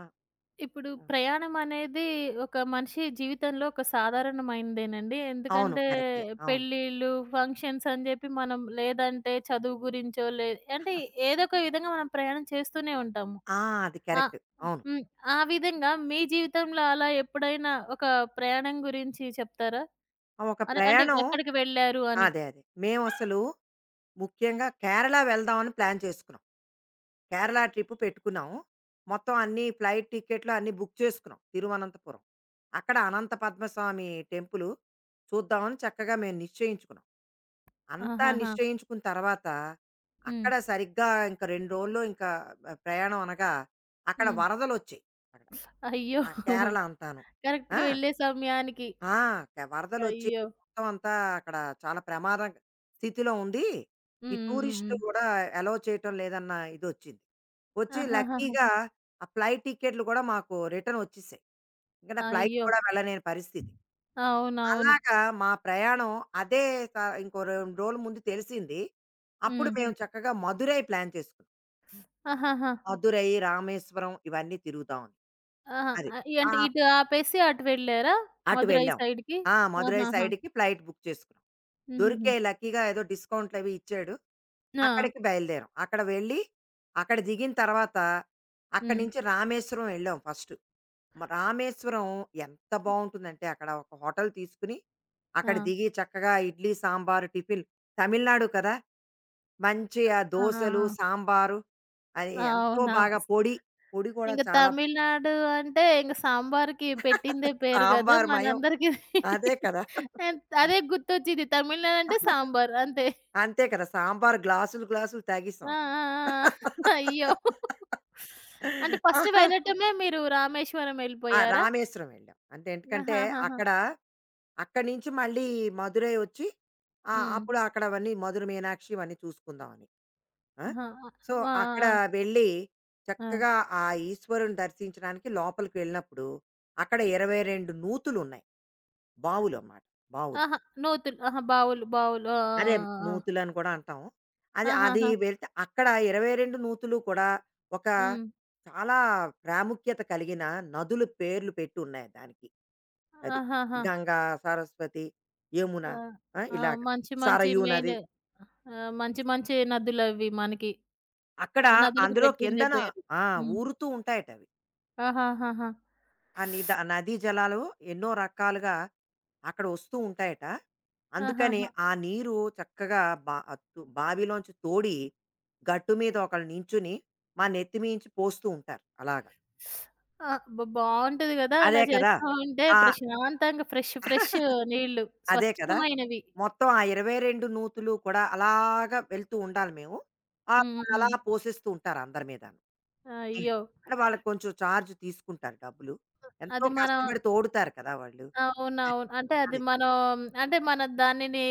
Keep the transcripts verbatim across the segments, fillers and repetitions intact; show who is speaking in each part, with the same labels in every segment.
Speaker 1: ఆ!
Speaker 2: ఇప్పుడు
Speaker 1: ఆ!
Speaker 2: ప్రయాణం అనేది ఒక మనిషి జీవితంలో ఒక సాధారణమైనదేనండి.
Speaker 1: అవును.
Speaker 2: ఎందుకంటే
Speaker 1: కరెక్టే. అవును.
Speaker 2: పెళ్ళిళ్ళు, ఫంక్షన్స్ అని జెప్పి మనం లేదంటే చదువు గురించో లే అంటే ఏదో ఒక విధంగా మనం ప్రయాణం చేస్తూనే ఉంటాము.
Speaker 1: ఆ! అది
Speaker 2: ఆ!
Speaker 1: కరెక్ట్. అవును.
Speaker 2: హ్మ్. ఆ విధంగా మీ జీవితంలో అలా ఎప్పుడైనా ఒక ప్రయాణం గురించి చెప్తారా?
Speaker 1: ఆ, ఒక
Speaker 2: అని అంటే
Speaker 1: ప్రయాణం
Speaker 2: ఎక్కడికి వెళ్లారు అని?
Speaker 1: అదే. అదే. మేమసలు ముఖ్యంగా కేరళ వెళ్దామని ప్లాన్ చేసుకున్నాం. కేరళ ట్రిప్ పెట్టుకున్నాము. మొత్తం అన్నీ ఫ్లైట్ టికెట్లు అన్నీ బుక్ చేసుకున్నాం తిరువనంతపురం. అక్కడ అనంత పద్మస్వామి టెంపులు చూద్దామని చక్కగా మేము నిశ్చయించుకున్నాం. అంతా
Speaker 2: ఆహాహా!
Speaker 1: నిశ్చయించుకున్న తర్వాత
Speaker 2: హ్మ్.
Speaker 1: అక్కడ సరిగ్గా ఇంక రెండు రోజుల్లో ఇంకా ఆహ్, ప్రయాణం అనగా అక్కడ
Speaker 2: హ్మ్.
Speaker 1: వరదలొచ్చాయి. అక్కడ.
Speaker 2: అయ్యో!
Speaker 1: ఆ! కేరళ అంతాను. ఆ!
Speaker 2: కరెక్ట్‌గా వెళ్ళే సమయానికి.
Speaker 1: ఆ! క వరదలొచ్చి
Speaker 2: అయ్యో!
Speaker 1: మొత్తం అంతా అక్కడ చాలా ప్రమాద స్థితిలో ఉంది. ఈ
Speaker 2: హ్మ్. హ్మ్. హ్మ్.
Speaker 1: టూరిస్టులు
Speaker 2: హ్మ్.
Speaker 1: గూడా అలో చేయటం లేదన్న ఇదొచ్చింది. వచ్చి
Speaker 2: ఆహాహాహా!
Speaker 1: లక్కీగా ఆ ఫ్లైట్ టికెట్లు గూడా మాకు రిటర్న్ వచ్చేసాయి. ఎందుకంటే ఫ్లైట్
Speaker 2: అయ్యో!
Speaker 1: కూడా వెళ్ళలేని పరిస్థితి.
Speaker 2: అవునవును.
Speaker 1: అలాగా మా ప్రయాణం అదే త ఇంకో రెండు రోజుల ముందు తెలిసింది. అప్పుడు
Speaker 2: హ్మ్.
Speaker 1: మేము చక్కగా మదురై ప్లాన్ చేసుకున్నాం.
Speaker 2: ఆహాహా!
Speaker 1: మదురై, రామేశ్వరం ఇవన్నీ తిరుగుదామని.
Speaker 2: ఆహా!
Speaker 1: అది.
Speaker 2: ఆహ్,
Speaker 1: ఆ!
Speaker 2: అంటే ఇటు ఆపేసి అటు వెళ్లారా?
Speaker 1: అటు
Speaker 2: మదురై
Speaker 1: వెళ్ళాం.
Speaker 2: సైడ్‌కి?
Speaker 1: ఆ! మదురై
Speaker 2: ఆహాహా!
Speaker 1: సైడ్‌కి ఫ్లైట్ బుక్ చేసుకున్నాం.
Speaker 2: హుహుహు.
Speaker 1: దొరికాయి లక్కీగా ఏదో డిస్కౌంట్లవి ఇచ్చాడు.
Speaker 2: ఆ!
Speaker 1: అక్కడికి బయలుదేరాం. అక్కడ వెళ్ళి, అక్కడ దిగిన తర్వాత, అక్కడి
Speaker 2: హ్మ్.
Speaker 1: నుంచి రామేశ్వరం వెళ్ళాం ఫస్టు. మ రామేశ్వరం ఎంత బావుంటుందంటే, అక్కడ ఒక హోటల్ తీసుకుని, అక్కడ
Speaker 2: ఆ!
Speaker 1: దిగి చక్కగా ఇడ్లీ, సాంబారు, టిఫిన్ తమిళనాడు కదా! మంచి ఆ
Speaker 2: ఆ! ఆ!
Speaker 1: దోసలు, సాంబారు అది
Speaker 2: ఆ!
Speaker 1: ఎంతో
Speaker 2: అవునవు
Speaker 1: బాగా
Speaker 2: స్
Speaker 1: పొడి, పొడి కూడా
Speaker 2: ఇంక
Speaker 1: చాలా బా-
Speaker 2: తమిళనాడు అంటే ఇంక సాంబార్‌కి పెట్టిందే పేరు గదా!
Speaker 1: సాంబార్ మయం.
Speaker 2: మనందరికీ
Speaker 1: అదే కదా!
Speaker 2: ఎన్ అదే గుర్తొచ్చింది. తమిళనాడు అంటే సాంబార్ అంతే.
Speaker 1: అంతే కదా! సాంబారు గ్లాసులు, గ్లాసులు తాగేసాం
Speaker 2: ఆ!
Speaker 1: అక్కడ.
Speaker 2: ఆ! ఆ! ఆ! అయ్యో! అంటే ఫస్ట్ వెళ్ళటమే మీరు రామేశ్వరం
Speaker 1: ఆ!
Speaker 2: వెళ్ళిపోయారా?
Speaker 1: రామేశ్వరం వెళ్ళాం. అంటే ఎందుకంటే
Speaker 2: ఆహాహాహా!
Speaker 1: అక్కడ అక్కడి నుంచి మళ్ళీ మదురై వచ్చి ఆహ్,
Speaker 2: హ్మ్.
Speaker 1: అప్పుడు అక్కడ అవన్నీ మధుర మీనాక్షి ఇవన్నీ చూసుకుందామని. ఆ!
Speaker 2: ఆహా!
Speaker 1: సో,
Speaker 2: ఆ!
Speaker 1: అక్కడ
Speaker 2: ఆ!
Speaker 1: వెళ్ళి
Speaker 2: ఆ! ఆ!
Speaker 1: చక్కగా ఆ ఈశ్వరుని దర్శించడానికి లోపలికి వెళ్ళినప్పుడు అక్కడ ఇరవై రెండు నూతులున్నాయి. బావులన్నమాట. బావులు. అన్నమాట, బావులు.
Speaker 2: ఆహా! నూతులు. ఆహా! బావులు. బావులు. ఆ! ఆ!
Speaker 1: అదే
Speaker 2: ఆ! ఆ!
Speaker 1: నూతులని కూడా అంటాం. అది అది
Speaker 2: ఆహాహా!
Speaker 1: వెళ్తే అక్కడ ఇరవై రెండు నూతులు కూడా ఒక
Speaker 2: హ్మ్.
Speaker 1: చాలా ప్రాముఖ్యత కలిగిన నదుల పేర్లు పెట్టున్నాయి దానికి. అది.
Speaker 2: ఆహాహా!
Speaker 1: గంగా, సరస్వతి, యమున
Speaker 2: ఆ!
Speaker 1: ఆ!
Speaker 2: ఆ!
Speaker 1: ఇలాగ.
Speaker 2: మంచి మంచి
Speaker 1: సరయూ
Speaker 2: మెయిన్
Speaker 1: నది.
Speaker 2: ఆహ్, మంచి మంచి నదులవి మనకి.
Speaker 1: అక్కడ
Speaker 2: ఆ నదులకి
Speaker 1: అందులో
Speaker 2: పెట్టిందే
Speaker 1: కిందన
Speaker 2: పేరు.
Speaker 1: ఆ!
Speaker 2: హ్మ్.
Speaker 1: ఊరుతూ ఉంటాయటవి.
Speaker 2: ఆహాహాహా!
Speaker 1: ఆ నిద నదీ జలాలు ఎన్నో రకాలుగా అక్కడ వస్తూ ఉంటాయట. అందుకని
Speaker 2: ఆహాహా!
Speaker 1: ఆ నీరు చక్కగా బా అత్తు బావిలోంచి తోడి, గట్టు మీద ఒకళ్ళు నించుని, మా నెత్తి మీంచి పోస్తూ ఉంటారు అలాగా.
Speaker 2: ఆ! బ బావుంటది గదా! అలా
Speaker 1: అదే కదా!
Speaker 2: చేస్తా ఉంటే
Speaker 1: ఆ!
Speaker 2: ప్రశాంతంగా ఫ్రెష్ ఫ్రెష్ నీళ్ళు.
Speaker 1: అదే కదా!
Speaker 2: స్వచ్ఛమైనవి.
Speaker 1: మొత్తం ఆ ఇరవై రెండు నూతులు కూడా అలాగా వెళ్తూ ఉండాలి మేము. ఆ!
Speaker 2: హ్మ్.
Speaker 1: వాళ్ళలా
Speaker 2: హ్మ్.
Speaker 1: పోసేస్తూ ఉంటారు అందరి మీదను. హ్మ్.
Speaker 2: అయ్యో!
Speaker 1: అంటే వాళ్ళకి కొంచెం చార్జ్ తీసుకుంటారు డబ్బులు. ఎంతో
Speaker 2: అది మనం
Speaker 1: కష్టపడి తోడుతారు కదా వాళ్ళు. అది.
Speaker 2: అవునవును. అంటే అది
Speaker 1: అదే.
Speaker 2: మనం అంటే మనం దానిని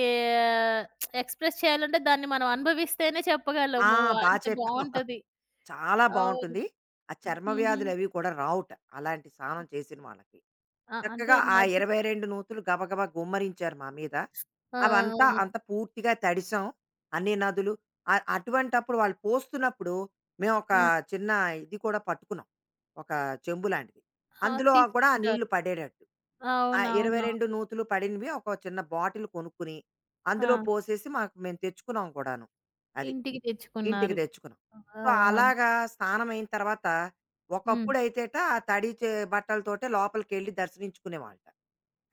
Speaker 2: ఎక్స్‌ప్రెస్ చేయాలంటే దాన్ని మనం అనుభవిస్తేనే
Speaker 1: ఆ!
Speaker 2: చెప్పగలము.
Speaker 1: బా
Speaker 2: అంటే
Speaker 1: చెప్పావు.
Speaker 2: బావుంటది.
Speaker 1: చాలా
Speaker 2: అవును.
Speaker 1: బావుంటుంది. ఆ చర్మ
Speaker 2: హుహు.
Speaker 1: వ్యాధులవి కూడా రావుట. అలాంటి స్నానం చేసిన వాళ్ళకి.
Speaker 2: ఆ! అంటే
Speaker 1: చక్కగా ఆ
Speaker 2: నాది
Speaker 1: ఇరవై రెండు నూతులు గబగబా గుమ్మరించారు మా మీద.
Speaker 2: ఆ!
Speaker 1: అవంతా అంత పూర్తిగా తడిసాం. అన్ని నదులు అ అటువంటప్పుడు వాళ్ళు పోస్తున్నప్పుడు మేము ఒక
Speaker 2: ఆ!
Speaker 1: చిన్న ఇది కూడా పట్టుకున్నాం. ఒక చెంబు లాంటిది.
Speaker 2: ఆ!
Speaker 1: అందులో కూడా ఆ నీళ్లు
Speaker 2: తీసుకుంటారు.
Speaker 1: పడేటట్టు. ఆ
Speaker 2: అవునవునవును.
Speaker 1: ఇరవై రెండు నూతులు పడినవి ఒక చిన్న బాటిల్ కొనుక్కుని, అందులో
Speaker 2: ఆ!
Speaker 1: పోసేసి మాకు మేము తెచ్చుకున్నాం కూడాను. అది.
Speaker 2: ఇంటికి
Speaker 1: ఇంటికి
Speaker 2: తెచ్చుకున్నారు.
Speaker 1: తెచ్చుకున్నాం. సో,
Speaker 2: ఆహా!
Speaker 1: అలాగా స్నానం అయిన తర్వాత
Speaker 2: హ్మ్.
Speaker 1: ఒకప్పుడైతేట ఆ తడి చే బట్టలతోటే లోపలికెళ్ళి దర్శనించుకునేవాళ్ళట.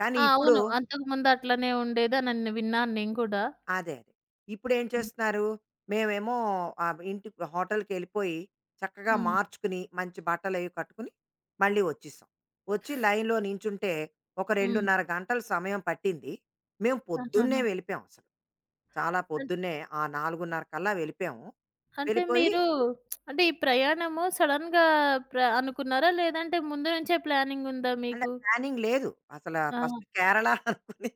Speaker 1: కానీ
Speaker 2: ఆ!
Speaker 1: ఇప్పుడు
Speaker 2: అవును. అంతకుముందు అట్లనే ఉండేదని నేను విన్నాను నేను కూడా.
Speaker 1: అదే. అదే. ఇప్పుడేం చేస్తున్నారు, మేమేమో ఆహ్, ఇంటికి హోటల్‌కెళ్ళిపోయి చక్కగా
Speaker 2: హ్మ్.
Speaker 1: మార్చుకుని, మంచి బట్టలవి కట్టుకుని మళ్ళీ వచ్చేసాం. వచ్చి లైన్‌లో నించుంటే ఒక
Speaker 2: హ్మ్.
Speaker 1: రెండున్నర గంటలు సమయం పట్టింది. మేము పొద్దున్నే
Speaker 2: ఆహాహా!
Speaker 1: వెళ్ళిపోయాం అసలు. చాలా పొద్దున్నే ఆ నాలుగున్నర కల్లా వెళ్ళిపోయాము.
Speaker 2: అంటే
Speaker 1: వెళ్ళిపోయి
Speaker 2: మీరు అంటే ఈ ప్రయాణము సడెన్‌గా ప్ర అనుకున్నారా? లేదంటే ముందు నుంచే ప్లానింగ్ ఉందా
Speaker 1: అంటే
Speaker 2: మీకు?
Speaker 1: ప్లానింగ్ లేదు. అసలా
Speaker 2: ఆ!
Speaker 1: ఫస్ట్ కేరళ అనుకుని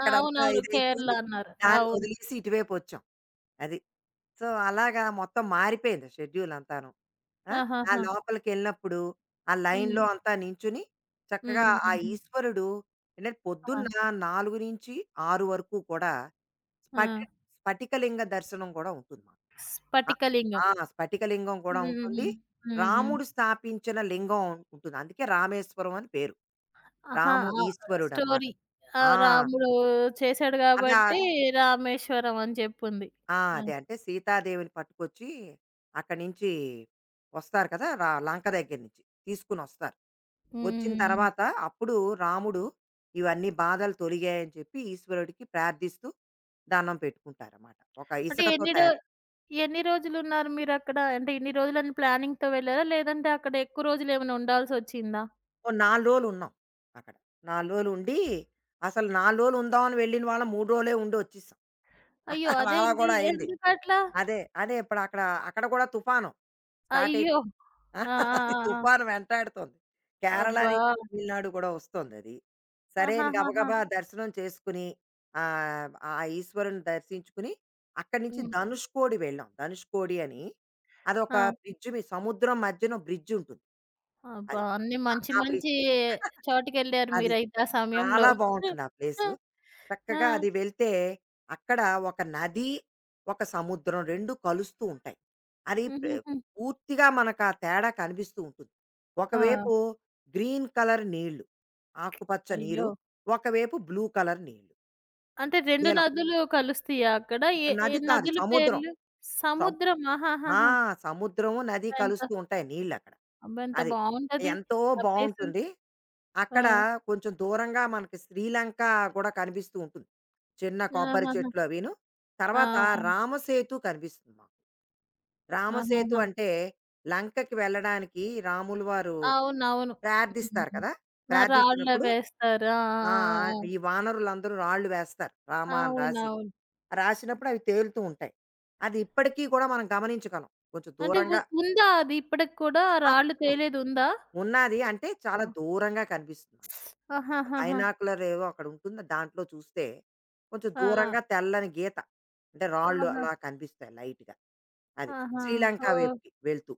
Speaker 2: ఆ! అవునవును. కేరళ
Speaker 1: ఇదైపోయింది.
Speaker 2: అన్నారు. అవును.
Speaker 1: దాన్నొదిలేసి ఇటువైపొచ్చాం. అది. సో, అలాగా మొత్తం మారిపోయింది షెడ్యూల్ అంతాను. ఆ! ఆ
Speaker 2: ఆహాహా!
Speaker 1: లోపలికెళ్ళినప్పుడు ఆ లైన్‌లో
Speaker 2: హ్మ్.
Speaker 1: అంతా నించుని చక్కగా
Speaker 2: హ్మ్.
Speaker 1: ఆ
Speaker 2: హుహు.
Speaker 1: ఈశ్వరుడు ఏంటంటే
Speaker 2: ఆ!
Speaker 1: పొద్దున్న నాలుగు నుంచి ఆరు వరకు కూడా
Speaker 2: ఆ!
Speaker 1: స్ఫటి స్ఫటికలింగ దర్శనం కూడా ఉంటుంది మాకు. ఆ!
Speaker 2: స్ఫటికలింగం.
Speaker 1: ఆ! స్ఫటికలింగం కూడా
Speaker 2: హ్మ్.
Speaker 1: ఉంటుంది.
Speaker 2: హ్మ్. హ్మ్. హ్మ్.
Speaker 1: రాముడు స్థాపించిన లింగం ఉంటుంది. అందుకే రామేశ్వరం అని పేరు.
Speaker 2: ఆహా!
Speaker 1: రాము
Speaker 2: ఆ!
Speaker 1: ఈశ్వరుడనమాట.
Speaker 2: స్టోరీ. ఆ!
Speaker 1: ఆ!
Speaker 2: రాముడు చేశాడు
Speaker 1: అదా ఆ!
Speaker 2: గాబట్టి రామేశ్వరం అని జెప్పుంది.
Speaker 1: ఆ,
Speaker 2: ఆ!
Speaker 1: అదే. అంటే సీతాదేవిని పట్టుకొచ్చి అక్కడి నుంచి వస్తారు కదా! రా లంక దగ్గర నుంచి తీసుకొనొస్తారు. వచ్చిన
Speaker 2: హ్మ్.
Speaker 1: తర్వాత అప్పుడు రాముడు ఇవన్నీ బాధలు తొలిగాయని చెప్పి ఈశ్వరుడికి ప్రార్థిస్తూ దండం పెట్టుకుంటారనమాట. ఒక
Speaker 2: అంటే
Speaker 1: ఇసుకతో
Speaker 2: ఎన్ని డో
Speaker 1: తయా
Speaker 2: ఎన్ని రోజులున్నారు మీరక్కడ? అంటే ఇన్ని రోజులని ప్లానింగ్‌తో వెళ్లారా? లేదంటే అక్కడ ఎక్కువ రోజులేమైనా ఉండాల్సొచ్చిందా?
Speaker 1: ఓ నాలుగు రోజులున్నాం అక్కడ. నాలుగు రోజులుండి, అసలు నాలుగు రోజులు ఉందామని వెళ్ళిన వాళ్ళం మూడు రోజులే ఉండి వచ్చేసాం.
Speaker 2: అయ్యో!
Speaker 1: అలా అలా
Speaker 2: అదేంటి?
Speaker 1: కూడా అయింది.
Speaker 2: ఎందుకట్లా?
Speaker 1: అదే. అదే ఇప్పుడక్కడ అక్కడ అక్కడ కూడా తుఫాను స్టార్ట్
Speaker 2: అయ్యో!
Speaker 1: అయిపో
Speaker 2: ఆ! ఆ!
Speaker 1: అది
Speaker 2: ఆ! ఆ!
Speaker 1: తుఫాను వెంటాడుతోంది. కేరళ
Speaker 2: అబ్బా!
Speaker 1: నుంచి తమిళనాడు కూడా వస్తోంది అది. సరే అని
Speaker 2: ఆహాహాహా!
Speaker 1: గబగబా దర్శనం చేసుకుని, ఆహ్, ఆ ఈశ్వరుని దర్శించుకుని, అక్కడి నుంచి
Speaker 2: హ్మ్.
Speaker 1: ధనుష్కోడి వెళ్ళాం. ధనుష్కోడి అని.
Speaker 2: ఆ!
Speaker 1: అదొక బ్రిడ్జ్ మీ సముద్రం మధ్యన బ్రిడ్జ్ ఉంటుంది.
Speaker 2: అబ్బా!
Speaker 1: అది.
Speaker 2: అన్నీ
Speaker 1: ఆ!
Speaker 2: మంచి
Speaker 1: ఆ బ్రిడ్జ్.
Speaker 2: మంచి చోటికెళ్లారు
Speaker 1: అది.
Speaker 2: మీరైతే ఆ సమయంలో.
Speaker 1: చాలా బావుంటుంది ఆ
Speaker 2: ఆ!
Speaker 1: ప్లేసు.
Speaker 2: ఆ!
Speaker 1: చక్కగా అది వెళ్తే అక్కడ ఒక నది, ఒక సముద్రం రెండూ కలుస్తూ ఉంటాయి. అది ప్ర
Speaker 2: హుహుహు.
Speaker 1: పూర్తిగా మనకు ఆ తేడా కనిపిస్తూ ఉంటుంది.
Speaker 2: ఆ!
Speaker 1: ఒకవైపు గ్రీన్ కలర్ నీళ్ళు, ఆకుపచ్చ నీరు.
Speaker 2: అయ్యో!
Speaker 1: ఒకవైపు బ్లూ కలర్ నీళ్ళు.
Speaker 2: అంటే రెండు
Speaker 1: నీలం.
Speaker 2: నదులు కలుస్తాయా అక్కడ? ఏ ఏ
Speaker 1: నది కాదు
Speaker 2: నదుల
Speaker 1: సముద్రం.
Speaker 2: పేర్లు? సముద్రం.
Speaker 1: ఆ!
Speaker 2: ఆహాహాహా!
Speaker 1: సముద్రము, నది
Speaker 2: ఎంత
Speaker 1: కలుస్తూ ఉంటాయి నీళ్ళక్కడ.
Speaker 2: అబ్బా! ఎంత
Speaker 1: అది.
Speaker 2: బావుంటది
Speaker 1: ఎంతో
Speaker 2: ఆ ప్లేసు.
Speaker 1: బావుంటుంది. అక్కడ
Speaker 2: ఆ!
Speaker 1: కొంచెం దూరంగా మనకి శ్రీలంక గూడా కనిపిస్తూ ఉంటుంది. చిన్న కొబ్బరి
Speaker 2: ఆహాహా!
Speaker 1: చెట్లు అవిను.
Speaker 2: ఆ!
Speaker 1: తర్వాత రామసేతు కనిపిస్తుంది మాకు. రామసేతు
Speaker 2: ఆహాహా!
Speaker 1: అంటే లంకకి వెళ్ళడానికి రాములు వారు
Speaker 2: అవునవును.
Speaker 1: ప్రార్థిస్తారు
Speaker 2: హ్మ్.
Speaker 1: కదా!
Speaker 2: ఆ!
Speaker 1: ప్రార్థించినప్పుడు
Speaker 2: రాళ్ళవేస్తారు. ఆ!
Speaker 1: ఆ!
Speaker 2: ఆ!
Speaker 1: ఆ!
Speaker 2: ఆ!
Speaker 1: ఈ వానరులందరూ రాళ్ళు వేస్తారు. రామ
Speaker 2: ఆ!
Speaker 1: అని రాసి.
Speaker 2: అవునవును.
Speaker 1: రాసినప్పుడు అవి తేలుతూ ఉంటాయి. అది ఇప్పటికీ కూడా మనం గమనించగలం. కొంచెం
Speaker 2: అంటే ఉ
Speaker 1: దూరంగా
Speaker 2: ఉందా అది ఇప్పటికి కూడా ఆ
Speaker 1: ఆ!
Speaker 2: రాళ్ళు
Speaker 1: ఉన్నది.
Speaker 2: తేలేదుందా?
Speaker 1: ఉన్నాది అంటే చాలా దూరంగా కనిపిస్తుంది మనకి.
Speaker 2: ఆహాహాహా!
Speaker 1: బైనాక్యులర్ ఏవో అక్కడ ఉంటుంది. దాంట్లో చూస్తే కొంచెం
Speaker 2: ఆ!
Speaker 1: దూరంగా తెల్లని గీత. అంటే రాళ్ళు
Speaker 2: ఆహా!
Speaker 1: అలా కనిపిస్తాయి లైట్‌గా. అది.
Speaker 2: ఆహా!
Speaker 1: శ్రీలంక
Speaker 2: ఓహ్!
Speaker 1: వైపుకి వెళ్తూ.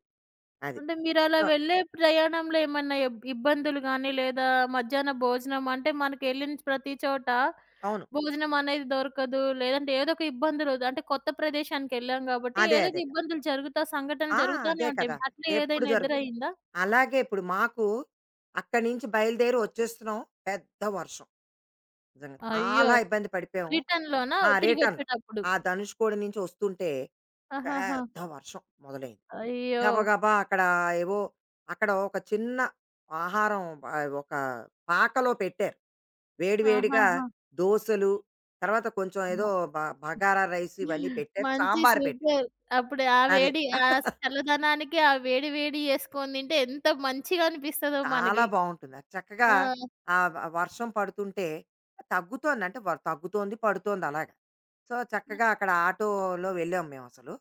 Speaker 1: అది.
Speaker 2: అంటే మీరలా
Speaker 1: సో
Speaker 2: వెళ్ళే ప్రయాణంలో ఏమన్నా ఇబ్ ఇబ్బందులు గానీ, లేదా మధ్యాహ్న భోజనం అంటే మనకెళ్ళిన ప్రతి చోట
Speaker 1: అవును.
Speaker 2: భోజనం అనేది దొరకదు. లేదంటే ఏదో ఒక ఇబ్బందులు ఉద- అంటే కొత్త ప్రదేశానికెళ్ళాం కాబట్టి
Speaker 1: అదే
Speaker 2: ఏదో
Speaker 1: అదే
Speaker 2: ఒక
Speaker 1: కదా!
Speaker 2: ఇబ్బందులు జరుగుతా సంఘటనలు
Speaker 1: ఆ!
Speaker 2: జరుగుతానే
Speaker 1: అదే
Speaker 2: ఉంటాయి.
Speaker 1: కదా!
Speaker 2: అట్లా
Speaker 1: ఎప్పుడు
Speaker 2: ఏదైనా
Speaker 1: జరుగుతుంది.
Speaker 2: ఎదురయిందా?
Speaker 1: అలాగే ఇప్పుడు మాకు అక్కడి నుంచి బయలుదేరి వచ్చేస్తున్నాం. పెద్ద వర్షం. నిజంగా
Speaker 2: అయ్యో!
Speaker 1: చాలా ఇబ్బంది పడిపోయాము.
Speaker 2: రిటర్న్‌లోనా
Speaker 1: ఆ! రిటర్న్‌లో.
Speaker 2: తిరిగొచ్చేటప్పుడు?
Speaker 1: ఆ ధనుష్కోడి నుంచి వస్తుంటే
Speaker 2: ఆహాహా!
Speaker 1: పెద్ద వర్షం మొదలైంది.
Speaker 2: అయ్యో!
Speaker 1: గబగబా అక్కడ ఏవో అక్కడ ఒక చిన్న ఆహారం ఆహ్, ఒక పాకలో పెట్టారు. వేడి వేడిగా
Speaker 2: ఆహాహా!
Speaker 1: దోసలు, తర్వాత కొంచెం ఏదో
Speaker 2: అబ్బా!
Speaker 1: బ బగారా రైస్ ఇవన్నీ పెట్టారు.
Speaker 2: మంచి
Speaker 1: సాంబారు పెట్టారు.
Speaker 2: సూపర్. అప్పుడు ఆ
Speaker 1: అదే.
Speaker 2: వేడి ఆ చల్లదనానికి ఆ వేడి వేడి యేసుకొని తింటే ఎంత మంచిగా అనిపిస్తదో
Speaker 1: చాలా
Speaker 2: మనకి.
Speaker 1: బావుంటుంది. అది చక్కగా
Speaker 2: ఆ!
Speaker 1: ఆహ్, వ వర్షం పడుతుంటే తగ్గుతోంది. అంటే వ తగ్గుతోంది, పడుతోంది అలాగా. సో, చక్కగా అక్కడ ఆటోలో వెళ్ళాం మేమసలు.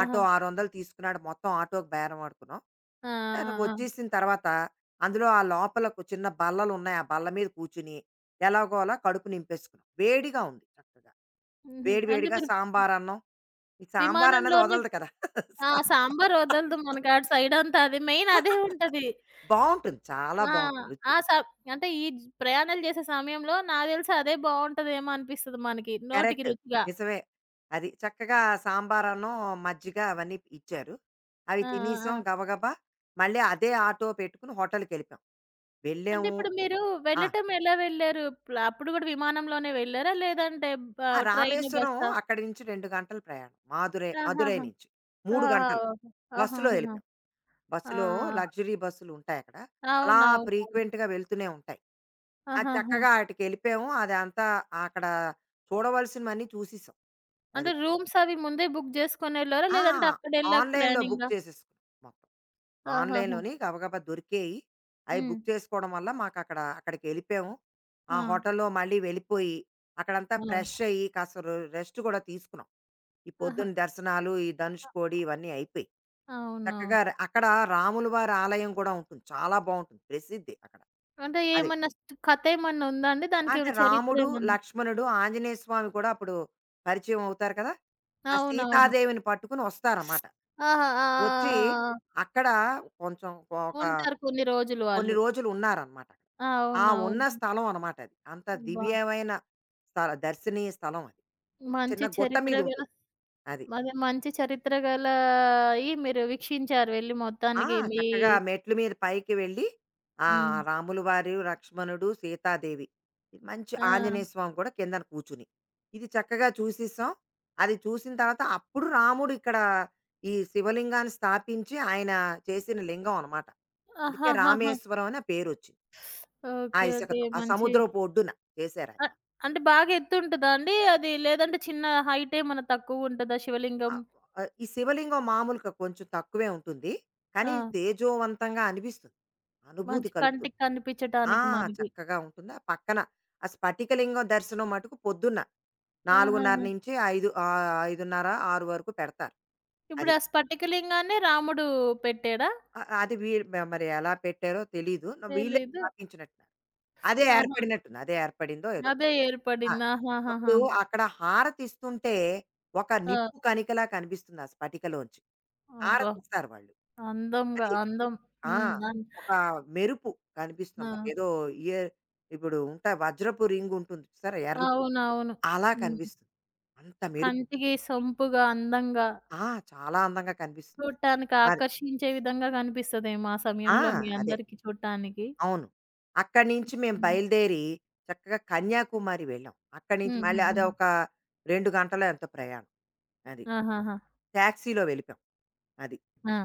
Speaker 1: ఆటో ఆరు వందలు తీసుకున్నాడు. మొత్తం ఆటోకి బేరమాడుకున్నాం.
Speaker 2: ఆ!
Speaker 1: సరే
Speaker 2: ఆ! ఆ!
Speaker 1: వచ్చేసిన తర్వాత అందులో ఆ లోపల ఒక చిన్న బల్లలున్నాయి. ఆ బల్ల మీద కూర్చుని ఎలాగోలా కడుపు నింపేసుకున్నాం. వేడిగా ఉంది చక్కగా.
Speaker 2: హుహు.
Speaker 1: వేడి
Speaker 2: అంటే
Speaker 1: వేడిగా
Speaker 2: మీరు
Speaker 1: సాంబారన్నం. ఈ సాంబార్ అన్నది
Speaker 2: విమానంలోనే
Speaker 1: వదలదు కదా!
Speaker 2: ఆ!
Speaker 1: సాంబార్
Speaker 2: సాంబార్ వదలదు మనకాడ సైడంతా అది మెయిన్ అదే ఉంటది.
Speaker 1: బావుంటుంది. చాలా
Speaker 2: ఆ!
Speaker 1: బావుంటుంది. రుచి
Speaker 2: ఆ సబ్ అంటే ఈ జ్ ప్రయాణాలు చేసే సమయంలో నాకు తెలిసి అదే బావుంటదేమో అనిపిస్తది మనకి. నోటికి
Speaker 1: కరెక్ట్.
Speaker 2: రుచిగా.
Speaker 1: నిజమే. అది చక్కగా సాంబార్ అన్నం, మజ్జిగ అవన్నీ ఇచ్చారు. అవి
Speaker 2: ఆ! ఆ! ఆ!
Speaker 1: తినేసాం గబగబా. మళ్ళీ అదే ఆటో పెట్టుకుని హోటల్‌కెళ్ళిపోయాం.
Speaker 2: అంటే
Speaker 1: వెళ్ళాము.
Speaker 2: ఇప్పుడు మీరు
Speaker 1: ఆ!
Speaker 2: వెళ్ళటం ఎలా వెళ్లారు? ప్ల అప్పుడు గూడా విమానంలోనే వెళ్లారా? లేదంటే బ
Speaker 1: ఆ!
Speaker 2: ట్రైను,
Speaker 1: రామేశ్వరం
Speaker 2: బస్సా?
Speaker 1: అక్కడి నుంచి రెండు గంటల ప్రయాణం. మాదురై మదురై
Speaker 2: ఆహాహా!
Speaker 1: నుంచి. మూడు
Speaker 2: ఆహా!
Speaker 1: గంటలు.
Speaker 2: ఓకే.
Speaker 1: బస్సులో
Speaker 2: ఆహాహాహా!
Speaker 1: ఎళ్ళిపోయాం.
Speaker 2: ఆ!
Speaker 1: బస్సులో లగ్జరీ బస్సులుంటాయక్కడ. అలా
Speaker 2: అవునవునవును.
Speaker 1: ఫ్రీక్వెంట్‌గా వెళ్తూనే ఉంటాయి. అది
Speaker 2: ఆహాహా!
Speaker 1: చక్కగా ఆటికెళ్ళిపోయాము. అదంతా అక్కడ చూడవలసినవన్నీ చూసేసాం.
Speaker 2: అంటే
Speaker 1: అది.
Speaker 2: రూమ్స్ అవి ముందే బుక్ చేసుకొనెళ్లారా?
Speaker 1: ఆ!
Speaker 2: లేదంటే అక్కడెళ్ళాక
Speaker 1: ఆన్‌లైన్‌లో బుక్
Speaker 2: ప్లానింగా?
Speaker 1: చేసేసుకున్నాం మొత్తం.
Speaker 2: ఆహాహా!
Speaker 1: ఆన్‌లైన్‌లోని గబగబా దొరికేయి. అయి
Speaker 2: హ్మ్.
Speaker 1: బుక్ చేసుకోవడం వల్ల మాకక్కడ అక్కడికెళ్ళిపోయాము. ఆ
Speaker 2: ఆ!
Speaker 1: హోటల్‌లో మళ్ళీ వెళ్ళిపోయి, అక్కడంతా ఫ్రెష్
Speaker 2: ఆ!
Speaker 1: అయ్యి, కాస్త ర రెస్ట్ కూడా తీసుకున్నాం. ఈ
Speaker 2: ఆహా!
Speaker 1: పొద్దున దర్శనాలు, ఈ
Speaker 2: అ
Speaker 1: ధనుష్కోడి ఇవన్నీ అయిపోయి.
Speaker 2: అవునవును.
Speaker 1: చక్కగా ర అక్కడ రాముల వారి ఆలయం కూడా ఉంటుంది. చాలా బావుంటుంది. ప్రసిద్ధి అక్కడ.
Speaker 2: అంటే
Speaker 1: అది.
Speaker 2: ఏమన్నా స్ట్ కథేమన్నా ఉందా అండి?
Speaker 1: అంటే
Speaker 2: దానికేమైనా చరిత్ర
Speaker 1: రాముడు,
Speaker 2: ఏమన్నా?
Speaker 1: లక్ష్మణుడు, ఆంజనేయ స్వామి కూడా అప్పుడు పరిచయం అవుతారు కదా! ఆ
Speaker 2: అవునవును.
Speaker 1: సీతాదేవిని పట్టుకొని వస్తారన్నమాట.
Speaker 2: ఆహా! ఆ!
Speaker 1: వచ్చి
Speaker 2: ఆ! ఆ! ఆ!
Speaker 1: అక్కడ కొంచెం ఒక
Speaker 2: ఉంటారు కొన్ని రోజులు
Speaker 1: కొన్ని
Speaker 2: వాళ్ళు.
Speaker 1: రోజులు ఉన్నారనమాట. ఆ ఉన్న
Speaker 2: అవునవును.
Speaker 1: స్థలం అనమాట అది. అంత
Speaker 2: అబ్బా!
Speaker 1: దివ్యమైన స్థల దర్శనీయ స్థలం అది. చిన్న
Speaker 2: మంచి
Speaker 1: గుట్ట
Speaker 2: చరిత్ర
Speaker 1: మీద
Speaker 2: గల
Speaker 1: ఉంటుంది. అది.
Speaker 2: అదే మంచి చరిత్ర గల అయి మీరు వీక్షించారు వెళ్లి
Speaker 1: ఆ!
Speaker 2: మొత్తానికి మీ
Speaker 1: చక్కగా మెట్ల మీద పైకి వెళ్ళి, ఆ
Speaker 2: హ్మ్.
Speaker 1: రాములు వారు, లక్ష్మణుడు, సీతాదేవి మంచి
Speaker 2: ఆ!
Speaker 1: ఆంజనేయ స్వామి కూడా కిందన కూర్చుని. ఇది చక్కగా చూసేసాం. అది చూసిన తర్వాత అప్పుడు రాముడు ఇక్కడ ఈ శివలింగాన్ని స్థాపించి ఆయన చేసిన లింగం అనమాట. అందుకే
Speaker 2: ఆహాహాహా!
Speaker 1: రామేశ్వరం అని ఆ పేరొచ్చింది. ఆ
Speaker 2: ఓకే. ఓకే.
Speaker 1: ఇసుకతో. ఆ
Speaker 2: మంచి
Speaker 1: సముద్రపు ఒడ్డున చేశారాయన.
Speaker 2: అ అంటే బాగా ఎత్తుంటదా అండి అది? లేదంటే చిన్న హైట్ ఏమన్నా తక్కువుంటదా
Speaker 1: ఆ!
Speaker 2: శివలింగం?
Speaker 1: ఆహ్, ఈ శివలింగం మామూలుగా కొంచెం తక్కువే ఉంటుంది. కానీ
Speaker 2: ఆ!
Speaker 1: తేజోవంతంగా అనిపిస్తుంది. అనుభూతి
Speaker 2: మంచి
Speaker 1: కలుగుతుంది.
Speaker 2: కంటికి
Speaker 1: ఆ!
Speaker 2: కనిపించటానికి మనకి.
Speaker 1: చక్కగా ఉంటుంది. ఆ పక్కన ఆ స్ఫటికలింగం దర్శనం మటుకు పొద్దున్న
Speaker 2: ఆహాహా!
Speaker 1: నాలుగున్నర-ఐదు ఆహ్, ఐదున్నర, ఆరు వరకు పెడతారు.
Speaker 2: ఇప్పుడు
Speaker 1: అది.
Speaker 2: ఆ స్ఫటికలింగాన్నే రాముడు పెట్టాడా?
Speaker 1: ఆహ్, అది వీళ్ళు మ మరి ఎలా పెట్టారో తెలీదు. నా- వీళ్ళే
Speaker 2: తెలీదు.
Speaker 1: స్థాపించినట్టున్నారు. అదే
Speaker 2: ఆహా!
Speaker 1: ఏర్పడినట్టుంది. అదే ఏర్పడిందో ఏదో.
Speaker 2: అదే
Speaker 1: ఆ!
Speaker 2: ఏర్పడింది. ఆహాహాహా!
Speaker 1: అప్పుడు అక్కడ హారతిస్తుంటే ఒక
Speaker 2: ఆ!
Speaker 1: నిప్పు కణికలా కనిపిస్తుంది ఆ స్ఫటికలోంచి.
Speaker 2: అబ్బా!
Speaker 1: హారతిస్తారు వాళ్ళు.
Speaker 2: అందంగా
Speaker 1: అది
Speaker 2: అందం.
Speaker 1: ఆ!
Speaker 2: హ్మ్. అన్
Speaker 1: ఒక మెరుపు కనిపిస్తుంది.
Speaker 2: ఆ!
Speaker 1: అన్నమాట. ఏదో ఇయర్ ఇప్పుడు ఉంటాయి వజ్రపు రింగ్ ఉంటుంది చూసారా? ఎరుపు.
Speaker 2: అవునవును.
Speaker 1: అలా
Speaker 2: హ్మ్.
Speaker 1: కనిపిస్తుంది. అంత మెరుపు.
Speaker 2: కంటికి సొంపుగా, అందంగా
Speaker 1: ఆ! చాలా అందంగా కనిపిస్తుంది.
Speaker 2: చూడటానికి
Speaker 1: అది.
Speaker 2: ఆకర్షించే విధంగా కనిపిస్తదేమో ఆ
Speaker 1: ఆ!
Speaker 2: సమయంలో మీ
Speaker 1: అదే.
Speaker 2: అందరికి చూడటానికి.
Speaker 1: అవును. అక్కడి నుంచి మేము
Speaker 2: హ్మ్.
Speaker 1: బయలుదేరి చక్కగా కన్యాకుమారి వెళ్ళాం. అక్కడి నుంచి
Speaker 2: హ్మ్.
Speaker 1: మళ్ళీ
Speaker 2: హ్మ్. హ్మ్.
Speaker 1: అదొక రెండు గంటలో ఎంతో ప్రయాణం. అది.
Speaker 2: ఆహాహా!
Speaker 1: టాక్సీలో వెళ్ళిపోయాం. అది.
Speaker 2: ఆ!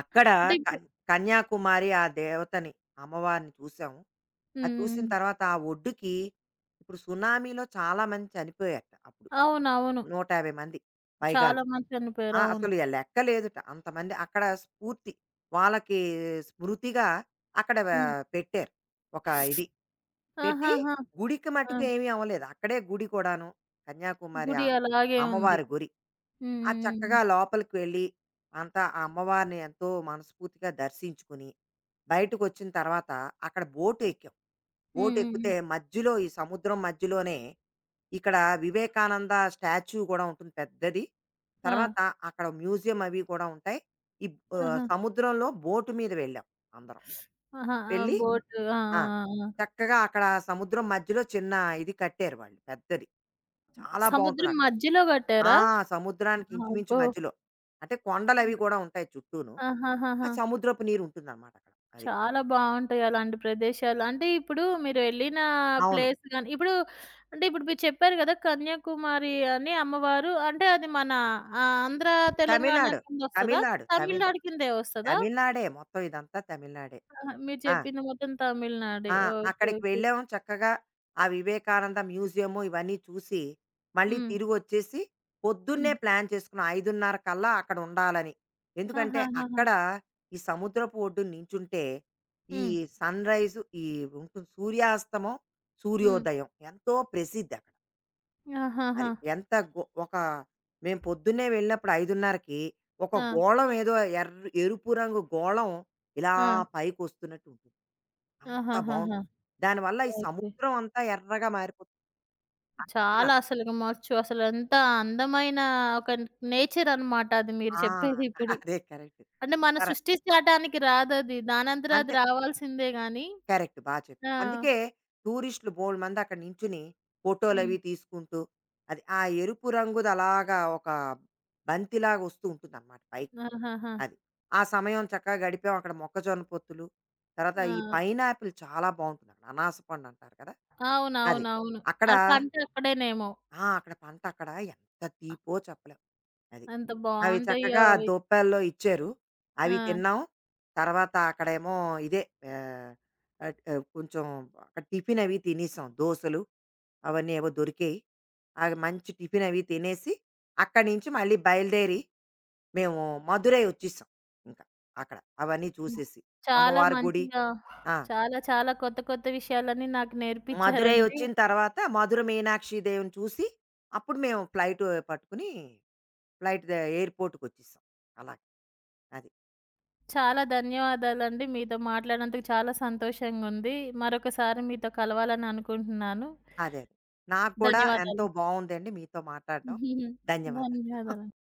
Speaker 1: అక్కడ
Speaker 2: అంటే ఇప్పుడు
Speaker 1: కన్ కన్యాకుమారి ఆ దేవతని, అమ్మవారిని చూసాం. అది
Speaker 2: హ్మ్.
Speaker 1: చూసిన
Speaker 2: హ్మ్.
Speaker 1: తర్వాత ఆ ఒడ్డుకి ఇప్పుడు సునామీలో చాలా మంది చనిపోయారట అప్పుడు.
Speaker 2: అవునవును.
Speaker 1: నూట యాభై మంది పైగాను.
Speaker 2: చాలా మంది
Speaker 1: ఆ!
Speaker 2: చనిపోయారు. అవును.
Speaker 1: అసలు ఎ లెక్క లేదుట. అంతమంది అక్కడ స్ఫూర్తి. వాళ్ళకి స్మృతిగా అక్కడ వ
Speaker 2: హ్మ్.
Speaker 1: పెట్టారు. ఒక ఇది. పెట్టి
Speaker 2: ఆహాహా!
Speaker 1: గుడికి
Speaker 2: ఆ!
Speaker 1: మట్టుకు ఏమీ అవ్వలేదు. అక్కడే గుడి కూడాను. కన్యాకుమారి ఆ
Speaker 2: గుడి అలాగే ఉంది.
Speaker 1: అమ్మవారి గురి.
Speaker 2: హ్మ్.
Speaker 1: ఆ చక్కగా
Speaker 2: హ్మ్.
Speaker 1: లోపలికి వెళ్ళి అంతా ఆ అమ్మవారిని ఎంతో మనస్ఫూర్తిగా దర్శించుకుని, బయటకొచ్చిన తర్వాత అక్కడ బోట్ ఎక్కాం.
Speaker 2: హ్మ్.
Speaker 1: బోట్
Speaker 2: హ్మ్.
Speaker 1: ఎక్కితే
Speaker 2: హ్మ్.
Speaker 1: మధ్యలో ఈ సముద్రం మధ్యలోనే ఇక్కడ వివేకానంద స్టాచ్యూ కూడా ఉంటుంది పెద్దది.
Speaker 2: ఆ!
Speaker 1: తర్వాత అక్కడ మ్యూజియం అవి కూడా ఉంటాయి. ఈ ఆహ్,
Speaker 2: ఆహా!
Speaker 1: సముద్రంలో బోట్ మీద వెళ్ళాం అందరం.
Speaker 2: ఆహా! ఆ!
Speaker 1: వెళ్ళి
Speaker 2: బోటు. ఆ!
Speaker 1: ఆ!
Speaker 2: ఆ! ఆ! ఆ!
Speaker 1: చక్కగా అక్కడ సముద్రం మధ్యలో చిన్న ఇది కట్టారు వాళ్ళు పెద్దది. చాలా బావుంటది
Speaker 2: సముద్రం
Speaker 1: అక్కడ.
Speaker 2: మధ్యలో
Speaker 1: ఆ!
Speaker 2: కట్టారా?
Speaker 1: సముద్రానికి ఇంచుమించు
Speaker 2: అబ్బో!
Speaker 1: మధ్యలో. అంటే కొండలవి కూడా ఉంటాయి చుట్టూను. ఆ
Speaker 2: ఆహాహాహా!
Speaker 1: సముద్రపు నీరు ఉంటుందనమాట అక్కడ. అది.
Speaker 2: చాలా బావుంటాయి అలాంటి ప్రదేశాలు. అంటే ఇప్పుడు మీరు వెళ్ళిన
Speaker 1: అవును.
Speaker 2: ప్లేస్ గాని ఇప్పుడు అంటే ఇప్పుడు మీరు చెప్పారు గదా! కన్యాకుమారి అని అమ్మవారు అంటే అది మన ఆహ్, ఆంధ్ర, తెలంగాణ
Speaker 1: తమిళనాడు.
Speaker 2: కిందొస్తదా?
Speaker 1: తమిళనాడు. తమిళ్
Speaker 2: తమిళనాడు కిందే వస్తదా?
Speaker 1: తమిళనాడే. మొత్తం ఇదంతా తమిళనాడే.
Speaker 2: ఆహా! మీరు
Speaker 1: ఆ!
Speaker 2: చెప్పింది మొత్తం తమిళనాడే.
Speaker 1: ఆ!
Speaker 2: ఓకే.
Speaker 1: అక్కడికి
Speaker 2: ఓకే.
Speaker 1: వెళ్ళాము చక్కగా ఆ వివేకానంద మ్యూజియము ఇవన్నీ చూసి, మళ్ళీ
Speaker 2: హ్మ్.
Speaker 1: తిరిగొచ్చేసి పొద్దున్నే
Speaker 2: హ్మ్.
Speaker 1: ప్లాన్ చేసుకున్నాం. ఐదున్నర కల్లా అక్కడ ఉండాలని. ఎందుకంటే,
Speaker 2: ఆహాహాహా!
Speaker 1: అక్కడ ఈ సముద్రపు ఒడ్డున నించుంటే, ఈ
Speaker 2: హ్మ్.
Speaker 1: సన్‌రైజు ఈ ఉంటుంది సూర్యాస్తమం,
Speaker 2: హ్మ్.
Speaker 1: సూర్యోదయం ఎంతో ప్రసిద్ధక్కడ.
Speaker 2: ఆహాహా!
Speaker 1: అది. ఎంత గొ ఒక మేము పొద్దున్నే వెళ్ళినప్పుడు 5:30కి ఒక
Speaker 2: ఆ!
Speaker 1: గోళం ఏదో ఎర్ ఎరుపు రంగు గోళం ఇలా
Speaker 2: ఆ!
Speaker 1: పైకొస్తున్నట్టు ఉంటుంది. అంత
Speaker 2: ఆహాహాహా!
Speaker 1: బావుంటుంది. దానివల్ల ఈ
Speaker 2: ఓకే.
Speaker 1: సముద్రం అంతా ఎర్రగా మారిపోతుంది. అస్సలు
Speaker 2: చాలా అసలు మచ్చు అసలెంత అందమైన ఒక నేచర్ అన్నమాట అది మీరు
Speaker 1: ఆ!
Speaker 2: చెప్పేదిప్పుడు.
Speaker 1: అదే కరెక్ట్.
Speaker 2: అంటే మనం
Speaker 1: కర
Speaker 2: సృష్టించడానికి రాదది. దానంతర అది
Speaker 1: అంతే.
Speaker 2: రావాల్సిందే గానీ
Speaker 1: కరెక్ట్. బా
Speaker 2: ఆ!
Speaker 1: చెప్పావు. అందుకే టూరిస్టులు బోలెడుమంది అక్కడ నించుని
Speaker 2: హ్మ్.
Speaker 1: ఫోటోలవి తీసుకుంటూ అది ఆ ఎరుపు రంగుది అలాగా ఒక బంతిలాగా వస్తూ ఉంటుందన్నమాట పైకి.
Speaker 2: ఆహాహా!
Speaker 1: అది. ఆ సమయం చక్కగా గడిపాం అక్కడ మొక్కజొన్న పొత్తులు, తర్వాత ఈ
Speaker 2: ఆ!
Speaker 1: పైనాపిల్ చాలా బావుంటుందక్కడ. అనాస పండు అంటారు కదా! అది.
Speaker 2: అవునవునవును.
Speaker 1: అక్కడ
Speaker 2: ఆ పంట అక్కడేనేమో!
Speaker 1: ఆ! అక్కడ పంట అక్కడ ఎంత తీపో చెప్పలేం. అది.
Speaker 2: ఎంత
Speaker 1: అవి
Speaker 2: బావుంటాయో
Speaker 1: చక్కగా
Speaker 2: అవి.
Speaker 1: దొప్పల్లో ఇచ్చారు. అవి
Speaker 2: ఆ!
Speaker 1: తిన్నాం. తర్వాత అక్కడేమో ఇదే ఆహ్, అట్ ఆహ్, కొంచెం అక్కడ టిఫిన్ అవి తినేసాం. దోసలు అవన్నీ ఏవో దొరికాయి. అవి మంచి టిఫిన్ అవి తినేసి అక్కడి నుంచి మళ్ళీ బయలుదేరి మేము మధురై వచ్చేసాం. ఇంకా అక్కడ అవన్నీ
Speaker 2: హ్మ్.
Speaker 1: చూసేసి.
Speaker 2: చాలా
Speaker 1: అమ్మవారి గుడి.
Speaker 2: మంచిగా
Speaker 1: ఆ!
Speaker 2: చాలా చాలా కొత్త కొత్త విషయాలన్నీ నాకు
Speaker 1: మధురై
Speaker 2: నేర్పించారండి.
Speaker 1: వచ్చిన తర్వాత మధుర మీనాక్షి దేవిని చూసి, అప్పుడు మేము ఫ్లైట్ పట్టుకుని ఫ్లైట్ ద ఎయిర్‌పోర్ట్‌కొచ్చేసాం. అలాగ. అది.
Speaker 2: చాలా ధన్యవాదాలండి. మీతో మాట్లాడినందుకు చాలా సంతోషంగుంది. మరొకసారి మీతో కలవాలని అనుకుంటున్నాను.
Speaker 1: అదే. అదే. నాకు కూడా ఎంతో
Speaker 2: ధన్యవాదాలు.
Speaker 1: బావుందండి మీతో మాట్లాడడం. ధన్యవాదాలు.
Speaker 2: ధన్యవాదాలు.